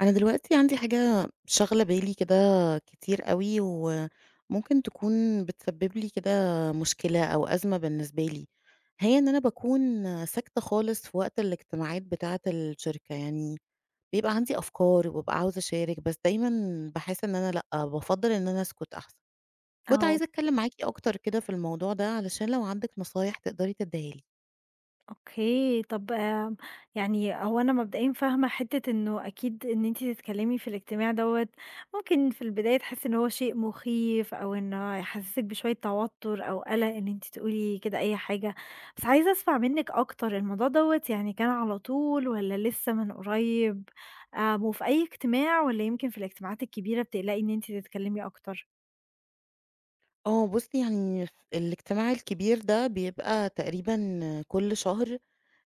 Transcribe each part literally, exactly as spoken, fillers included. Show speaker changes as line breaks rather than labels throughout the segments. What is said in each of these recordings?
أنا دلوقتي عندي حاجة شاغلة بالي كده كتير أوي، وممكن تكون بتسبب لي كده مشكلة أو أزمة بالنسبة لي، هي إن أنا باكون ساكتة خالص في وقت الاجتماعات بتاعة الشركة، يعني بيبقى عندي أفكار وبابقى عاوزة أشارك، بس دايمًا باحس إن أنا لأ، بافضّل إن أنا أسكت أحسن. كنت
آه،
عايزة أتكلم معاكِ أكتر كده في الموضوع ده، علشان لو عندِك نصايح تقدري تديها لي.
أوكي. طَب آمم، يعني هو أنا مبدئيًا فاهمة حتّة إنه أكيد إن أنتِ تتكلّمي في الاجتماع دوّة ممكن في البداية تحسّي إن هو شيء مخيف أو إنه هيحسّسِك بشوية توتُّر أو قَلَق إن أنتِ تقولي كده أي حاجة، بس عايزة أسمع منِّك أكتر الموضوع دوّة يعني كان على طول والّا لسه من قريب؟ آمم، وفي أي اجتماع والّا يمكن في الاجتماعات الكبيرة بتقلقي إن أنتِ تتكلّمي أكتر؟
آه، بُصّي يعني الاجتماع الكبير ده بيبقى تقريبًا كل شهر،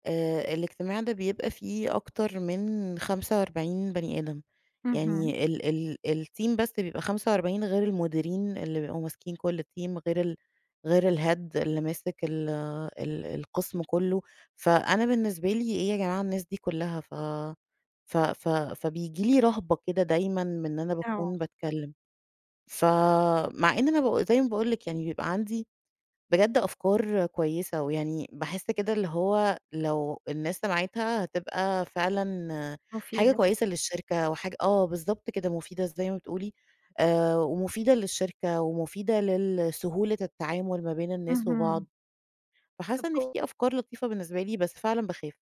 آآ الاجتماع ده بيبقى فيه أكتر من خمسة وأربعين بني آدم،
اهم،
يعني ال ال الteam بس بيبقى خمسة وأربعين غير المديرين اللي بيبقوا ماسكين كل team غير ال غير الhead اللي ماسك ال ال القسم كله، فأنا بالنسبة لي إيه يا جماعة الناس دي كلها؟ ف ف ف فبييجي لي رهبة كده دايمًا من إن أنا
آه،
باكون باتكلم، فمع إن أنا ب زي ما باقول لِك يعني بيبقى عندي بجد أفكار كويسة، ويعني باحس كده اللي هو لو الناس سمعتها هتبقى فعلًا حاجة
مفيدة.
كويسة للشركة وحاجة آه، بالضبط كده مفيدة زي ما بتقولي، آآ، ومفيدة للشركة ومفيدة لل سهولة التعامل ما بين الناس
اهم.
وبعض،
طَب
فحاسة إن
كو
في أفكار لطيفة بالنسبة لي، بس فعلًا باخاف.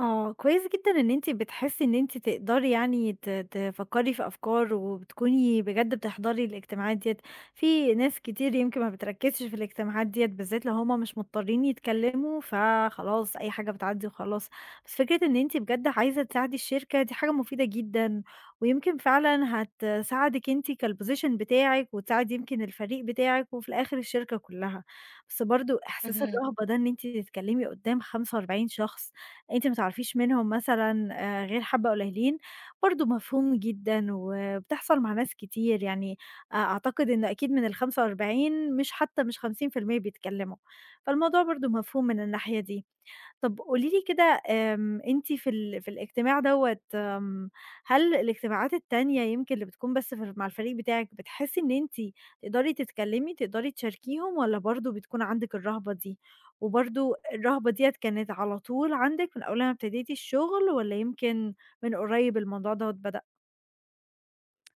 آه، كويس جدًا إن أنتِ بتحسّي إن أنتِ تقدري يعني ت تفكّري في أفكار وبتكوني بجد بتحضري الاجتماعات ديّة، في ناس كتير يمكن ما بتركّزش في الاجتماعات ديّة بالذات لو هم مش مضطرين يتكلّموا، فخلاص أي حاجة بتعدّي وخلاص، بس فكرة إن أنتِ بجد عايزة تساعدي الشركة دي حاجة مفيدة جدًا، ويمكن فعلًا هتساعدِك أنتِ كالposition بتاعِك وتساعد يمكن الفريق بتاعِك وفي الآخر الشركة كلّها، بس برضه إحساس
اهم.
الرهبة ده إن أنتِ تتكلّمي قدّام خمسة وأربعين شخص أنتِ ما تعرفيش منهم مثلًا آآ غير حبّة قليلين، برضه مفهوم جدًا وبتحصل مع ناس كتير، يعني أ أعتقد إنه أكيد من الخمسة وأربعين مش حتى مش خمسين في المية بيتكلّموا، فالموضوع برضه مفهوم من الناحية دي. طب قولي لي كده آمم، أنتِ في ال في الاجتماع دوّة آمم، هل الاجتماعات التانية يمكن اللي بتكون بس في مع الفريق بتاعِك، بتحسي إن أنتِ تقدري تتكلمي، تقدري تشاركيهم والّا برضه بتكون عندِك الرهبة دي؟ وبرضه الرهبة ديّة كانت على طول عندِك من أول ما ابتديتِ الشغل والّا يمكن من قريب الموضوع دوّة بدأ؟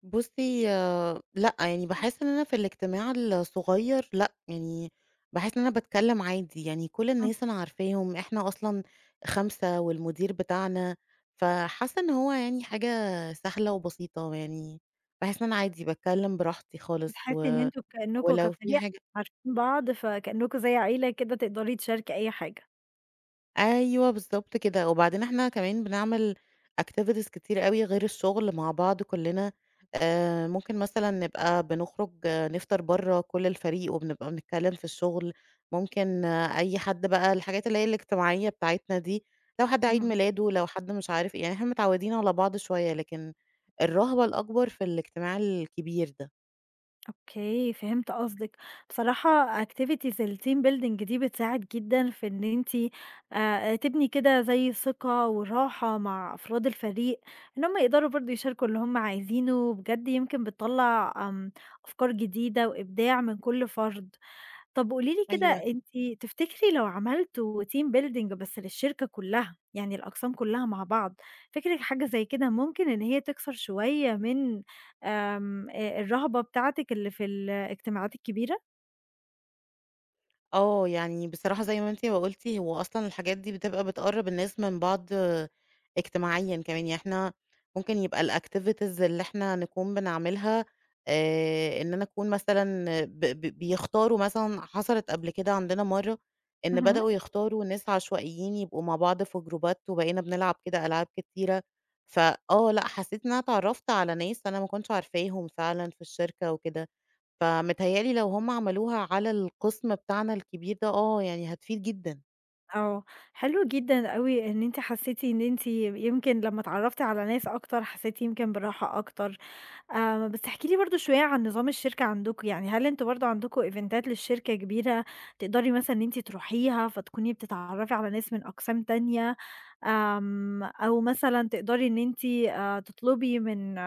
بُصّي، آه، لأ، يعني باحس إن أنا في الاجتماع الصغير لأ، يعني باحس إن أنا باتكلّم عادي، يعني كل
إمم.
الناس أنا عارفاهم، إحنا أصلًا خمسة والمدير بتاعنا، فحاسة إن هو يعني حاجة سهلة وبسيطة، يعني باحس إن أنا عادي باتكلّم براحتي خالص،
بتحسي إن
و
أنتم كأنكم
ولو في
كفريق
حاجة
عارفين بعض، فكأنكم زي عيلة كده تقدري تشاركي أي حاجة؟
أيوه بالضبط كده، وبعدين إحنا كمان بنعمل activities كتير أوي غير الشغل مع بعض كلّنا، آآ ممكن مثلًا نبقى بنخرج آه، نفطر برّه كل الفريق وبنبقى بنتكلّم في الشغل، ممكن آه، أي حد بقى الحاجات اللي هي الاجتماعية بتاعتنا دي، لو حد عيد
اهم.
ميلاده، لو حد مش عارف إيه، يعني إحنا متعوّدين على بعض شوية، لكن الرهبة الأكبر في الاجتماع الكبير ده.
أوكي، فهمت قصدِك. بصراحة activities الteam building دي بتساعد جدًا في إن أنتِ آآ تبني كده زي ثقة وراحة مع أفراد الفريق، إن هم يقدروا برضه يشاركوا اللي هم عايزينه، بجد يمكن بتطلّع آمم أفكار جديدة وإبداع من كل فرد. طب قولي لي كده
أيوه،
أنتِ تفتكري لو عملتوا team building بس للشركة كلّها، يعني الأقسام كلّها مع بعض، فكرِك حاجة زي كده ممكن إن هي تكسر شوية من آمم آآ الرهبة بتاعتِك اللي في الاجتماعات الكبيرة؟
آه، يعني بصراحة زي ما أنتِ ما قُلتِ، هو أصلًا الحاجات دي بتبقى بتقرّب الناس من بعض اجتماعيًا كمان، يعني إحنا ممكن يبقى الactivities اللي إحنا نكون بنعملها، آآ، إن أنا أكون مثلًا ب ب بيختاروا مثلًا حصلت قبل كده عندنا مرّة إن
اهم.
بدأوا يختاروا ناس عشوائيين يبقوا مع بعض في جروبات، وبقينا بنلعب كده ألعاب كتيرة، فآه، لأ، حسيت إن أنا اتعرّفت على ناس أنا ما كنتش عارفاهم فعلًا في الشركة وكده. فمتهيأ لي لو هم عملوها على القسم بتاعنا الكبير ده، آه، يعني هتفيد جدًا.
آه، حلو جدًا أوي إن أنتِ حسّيتِ إن أنتِ يمكن لمّا اتعرّفتِ على ناس أكتر، حسّيتِ يمكن براحة أكتر، آآ، بس احكي لي برضه شوية عن نظام الشركة عندكم، يعني هل أنتم برضه عندكم إيفنتات للشركة كبيرة تقدري مثلًا إن أنتِ تروحيها، فتكوني بتتعرفي على ناس من أقسام تانية، آمم، أو مثلًا تقدري إن أنتِ آآ، تطلبي من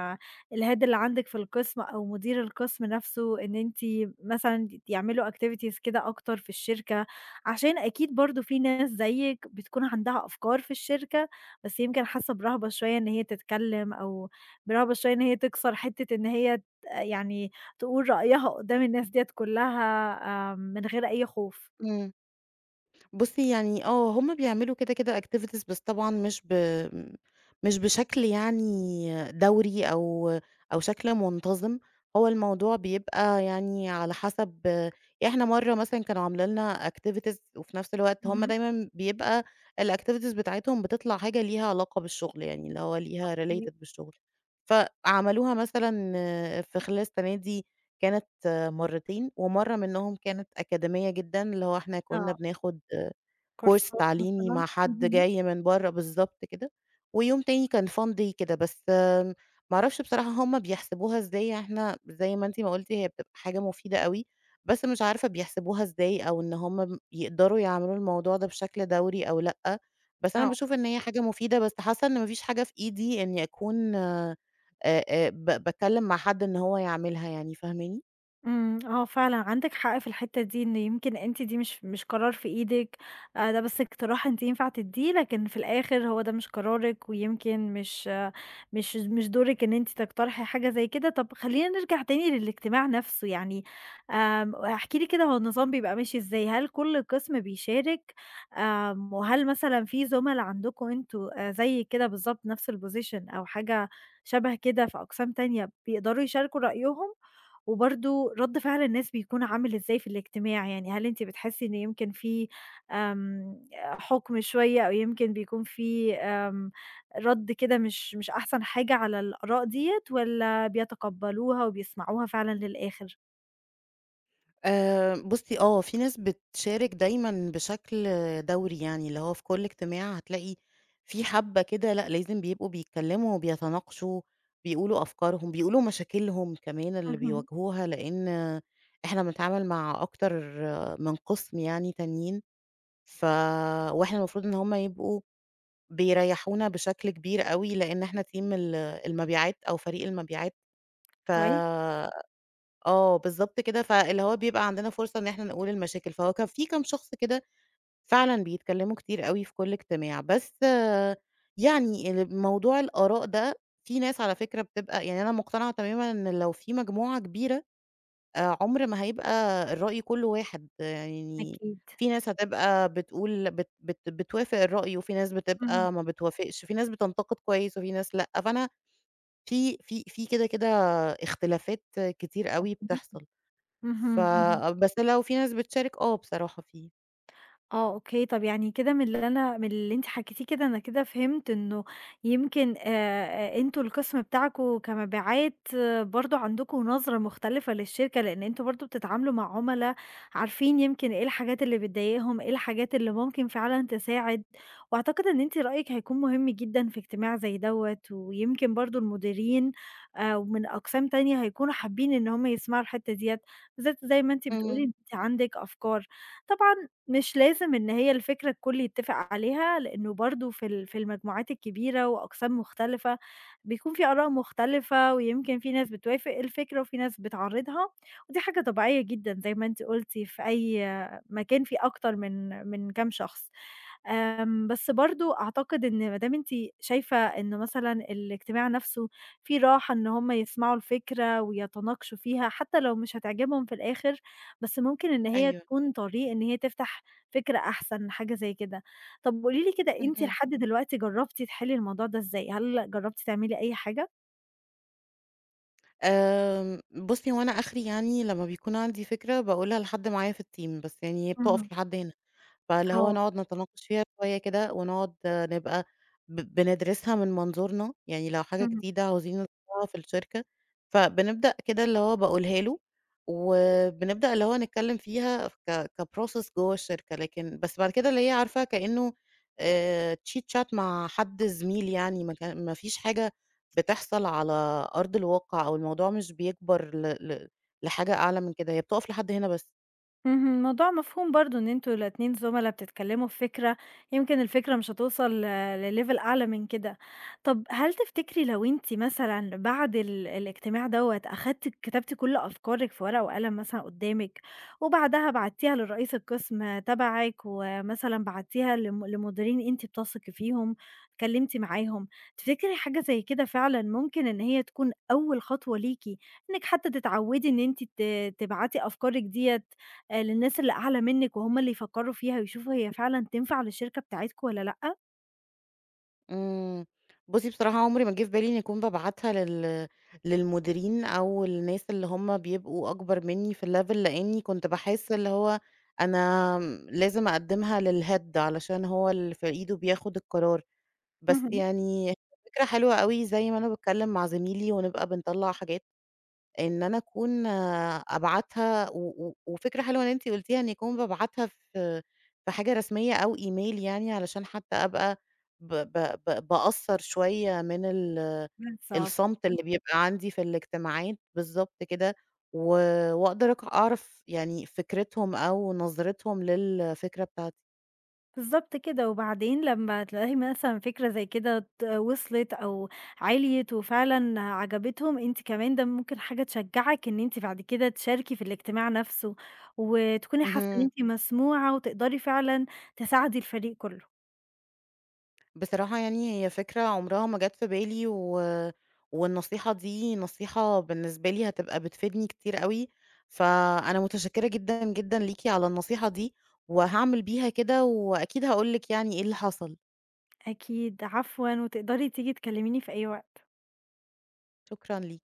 الhead اللي عندِك في القسم أو مدير القسم نفسه إن أنتِ مثلًا يعملوا activities كده أكتر في الشركة، عشان أكيد برضه في ناس زيِّك بتكون عندها أفكار في الشركة، بس يمكن حاسة برهبة شوية إن هي تتكلم أو برغبة شوية إن هي تكسر حتّة إن هي ت يعني تقول رأيها قدّام الناس ديّة كلّها آمم، من غير أي خوف.
بُصّي يعني آه، هُم بيعملوا كده، كده activities، بس طبعًا مش ب مش بشكل يعني دوري أو أو شكل منتظم، هو الموضوع بيبقى يعني على حسب، إحنا مرّة مثلًا كانوا عاملة لنا activities وفي نفس الوقت هُم
اهم.
دايمًا بيبقى الactivities بتاعتهم بتطلع حاجة ليها علاقة بالشغل، يعني اللي هو ليها related بالشغل، فعملوها مثلًا في خلال السنة دي كانت مرّتين، ومرّة منهم كانت أكاديمية جدًا، اللي هو إحنا كنا
آه،
بناخد كورس
كورسات
تعليمي
مثلًا.
مع حد
اهم.
جاي من برّه بالضبط كده، ويوم تاني كان fun day كده، بس آمم، ما أعرفش بصراحة هُم بيحسبوها إزاي، إحنا زي ما أنتِ ما قُلتِ هي بتبقى حاجة مفيدة أوي، بس مش عارفة بيحسبوها إزاي أو إن هُم م يقدروا يعملوا الموضوع ده بشكل دوري أو لأ، بس أنا
آه.
باشوف إن هي حاجة مفيدة، بس حاسة إن ما فيش حاجة في إيدي إني أكون آآ آآ ب باتكلم مع حد إن هو يعملها يعني، فاهماني؟
إمم، آه فعلًا عندِك حق في الحتّة دي، إن يمكن أنتِ دي مش مش قرار في إيدِك، آآ، ده بس اقتراح أنتِ ينفع تدّيه، لكن في الآخر هو ده مش قرارِك، ويمكن مش آه مش مش دورِك إن أنتِ تقترحي حاجة زي كده. طب خلّينا نرجع تاني للاجتماع نفسه، يعني آمم، احكي لي كده هو النظام بيبقى ماشي إزاي؟ هل كل قسم بيشارك، آمم، وهل مثلًا في زُملا عندكم أنتم آآ، زي كده بالضبط نفس الposition أو حاجة شبه كده في أقسام تانية بيقدروا يشاركوا رأيهم؟ وبرضه رد فعل الناس بيكون عامل إزاي في الاجتماع، يعني هل أنتِ بتحسي إن يمكن في آمم، حُكم شوية أو يمكن بيكون في آمم، رد كده مش مش أحسن حاجة على الآراء ديّة والّا بيتقبّلوها وبيسمعوها فعلًا للآخر؟
آآ بُصّي آه، في ناس بتشارك دايمًا بشكل دوري يعني، اللي هو في كل اجتماع هتلاقي في حبّة كده لأ، لازم بيبقوا بيتكلّموا وبيتناقشوا، بيقولوا أفكارهم، بيقولوا مشاكلهم كمان اللي
اهم.
بيواجهوها، لإن إحنا بنتعامل مع أكتر من قِسم يعني تانيين، ف وإحنا المفروض إن هم يبقوا بيريّحونا بشكل كبير أوي، لإن إحنا team ال المبيعات أو فريق المبيعات، ف
كويس،
آه، بالضبط كده، فاللي هو بيبقى عندنا فرصة إن إحنا نقول المشاكل، فهو كان في كام شخص كده فعلًا بيتكلّموا كتير أوي في كل اجتماع، بس آه، يعني ال موضوع الآراء ده في ناس على فكرة بتبقى، يعني أنا مقتنعة تمامًا إن لو في مجموعة كبيرة، آآ، عُمر ما هيبقى الرأي كُلّه واحد، يعني
أكيد.
في ناس هتبقى بتقول بت بت بتوافق الرأي، وفي ناس
اهم.
بتبقى ما بتوافقش، في ناس بتنتقد كويس وفي ناس لأ، فأنا في في في كده، كده اختلافات كتير
طب
أوي بتحصل. ف
اهم.
آه، بس لو في ناس بتشارك آه بصراحة فيه.
آه أوكي، طَب يعني كده من اللي أنا من اللي أنتِ حكيتيه كده أنا كده فهمت إنه يمكن آآ أنتم القسم بتاعكم كمبيعات برضه عندكم نظرة مختلفة للشركة، لإن أنتم برضه بتتعاملوا مع عُملا عارفين يمكن إيه الحاجات اللي بتضايقهم، إيه الحاجات اللي ممكن فعلًا تساعد، وأعتقد إن أنتِ رأيِك هيكون مهم جدًا في اجتماع زي دوّة، ويمكن برضه المديرين آآ ومن أقسام تانية هيكونوا حابين إن هُم يسمعوا الحتّة ديّة، بالذات زي ما أنتِ بتقولي
إمم،
أنتِ عندِك أفكار. طبعًا مش لازم إن هي الفكرة الكل يتّفق عليها، لإنه برضه في ال في المجموعات الكبيرة وأقسام مختلفة، بيكون في آراء مختلفة ويمكن في ناس بتوافق الفكرة وفي ناس بتعارضها، ودي حاجة طبيعية جدًا زي ما أنتِ قُلتِ في أي مكان فيه أكتر من من كام شخص. آمم، بس برضه أعتقد إن ما دام أنتِ شايفة إن مثلًا الاجتماع نفسه فيه راحة إن هم يسمعوا الفكرة ويتناقشوا فيها، حتى لو مش هتعجبهم في الآخر، بس ممكن إن هي
أيوه،
تكون طريق إن هي تفتح فكرة أحسن، حاجة زي كده. طب قولي لي كده أنتِ
اهم.
لحد دلوقتي جربتِ تحلي الموضوع ده إزاي؟ هل جربتِ تعملي أي حاجة؟
آمم، أم، بُصّي هو أنا آخري يعني لمّا بيكون عندي فكرة باقولها لحد معايا في الteam بس يعني هي
اهم،
بتقف لحد هنا. فاللي هو
آه،
نقعد نتناقش فيها شوية كده، ونقعد آه، نبقى ب بندرسها من منظورنا، يعني لو حاجة
اهم.
جديدة عاوزين نطبّقها في الشركة، فبنبدأ كده اللي هو باقولها له، وبنبدأ اللي هو نتكلّم فيها ك كprocess جوّه الشركة، لكن بس بعد كده اللي هي عارفة كإنه آآ chit chat مع حد زميل يعني، ما كان ما فيش حاجة بتحصل على أرض الواقع، أو الموضوع مش بيكبر ل ل لحاجة أعلى من كده، هي بتقف لحد هنا بس.
اهم، الموضوع مفهوم برضه إن أنتم الاتنين زُملا بتتكلموا في فكرة، يمكن الفكرة مش هتوصل ل لlevel أعلى من كده. طب هل تفتكري لو أنتِ مثلًا بعد ال الاجتماع دوّة أخدتِ كتبتِ كل أفكارِك في ورقة وقلم مثلًا قدامِك، وبعدها بعتيها لرئيس القسم تبعِك، ومثلًا بعتيها لم لمديرين أنتِ بتثقي فيهم، اتكلمتِ معاهم، تفتكري حاجة زي كده فعلًا ممكن إن هي تكون أول خطوة ليكِ إنِك حتى تتعودي إن أنتِ ت تبعتي أفكارِك ديّة آآ للناس اللي أعلى منِّك وهُم اللي يفكّروا فيها ويشوفوا هي فعلًا تنفع للشركة بتاعتكم والّا لأ،
إمم. بُصّي، بصراحة عمري ما جِه في بالي إني أكون بابعتها لل للمديرين أو الناس اللي هم بيبقوا أكبر منّي في الlevel، لإنّي كنت باحس اللي هو أنا م لازم أقدّمها للhead علشان هو اللي في إيده بياخُد القرار، بس
اهم.
يعني فكرة حلوة أوي زي ما أنا باتكلّم مع زميلي ونبقى بنطلّع حاجات إن أنا أكون آه، أبعتها و و وفكرة حلوة إن أنتِ قُلتيها إني أكون بابعتها في في حاجة رسمية أو إيميل، يعني علشان حتى أبقى ب ب ب باقصّر شوية من ال
بس آه،
الصمت اللي بيبقى عندي في الاجتماعات بالضبط كده، و وأقدر أق أعرف يعني فكرتهم أو نظرتهم للفكرة بتاعتي.
بالضبط كده، وبعدين لمّا تلاقي مثلًا فكرة زي كده ت وصلت أو عِلْيِت وفعلًا عجبتهم، أنتِ كمان ده ممكن حاجة تشجّعِك إن أنتِ بعد كده تشاركي في الاجتماع نَفْسه، وتكوني حاسة إن
اهم.
أنتِ مسموعة وتقدري فعلًا تساعدي الفريق كُلّه.
بصراحة يعني هي فكرة عمرها ما جات في بالي و... والنصيحة دي نصيحة بالنسبة لي هتبقى بتفيدني كتير قوي، فأنا متشكرة جدا جدا ليكي على النصيحة دي، وهعمل بيها كده وأكيد هقولك يعني ايه اللي حصل.
أكيد، عفوًا، وتقدري تيجي تكلّميني في أي وقت.
شكرا ليكي.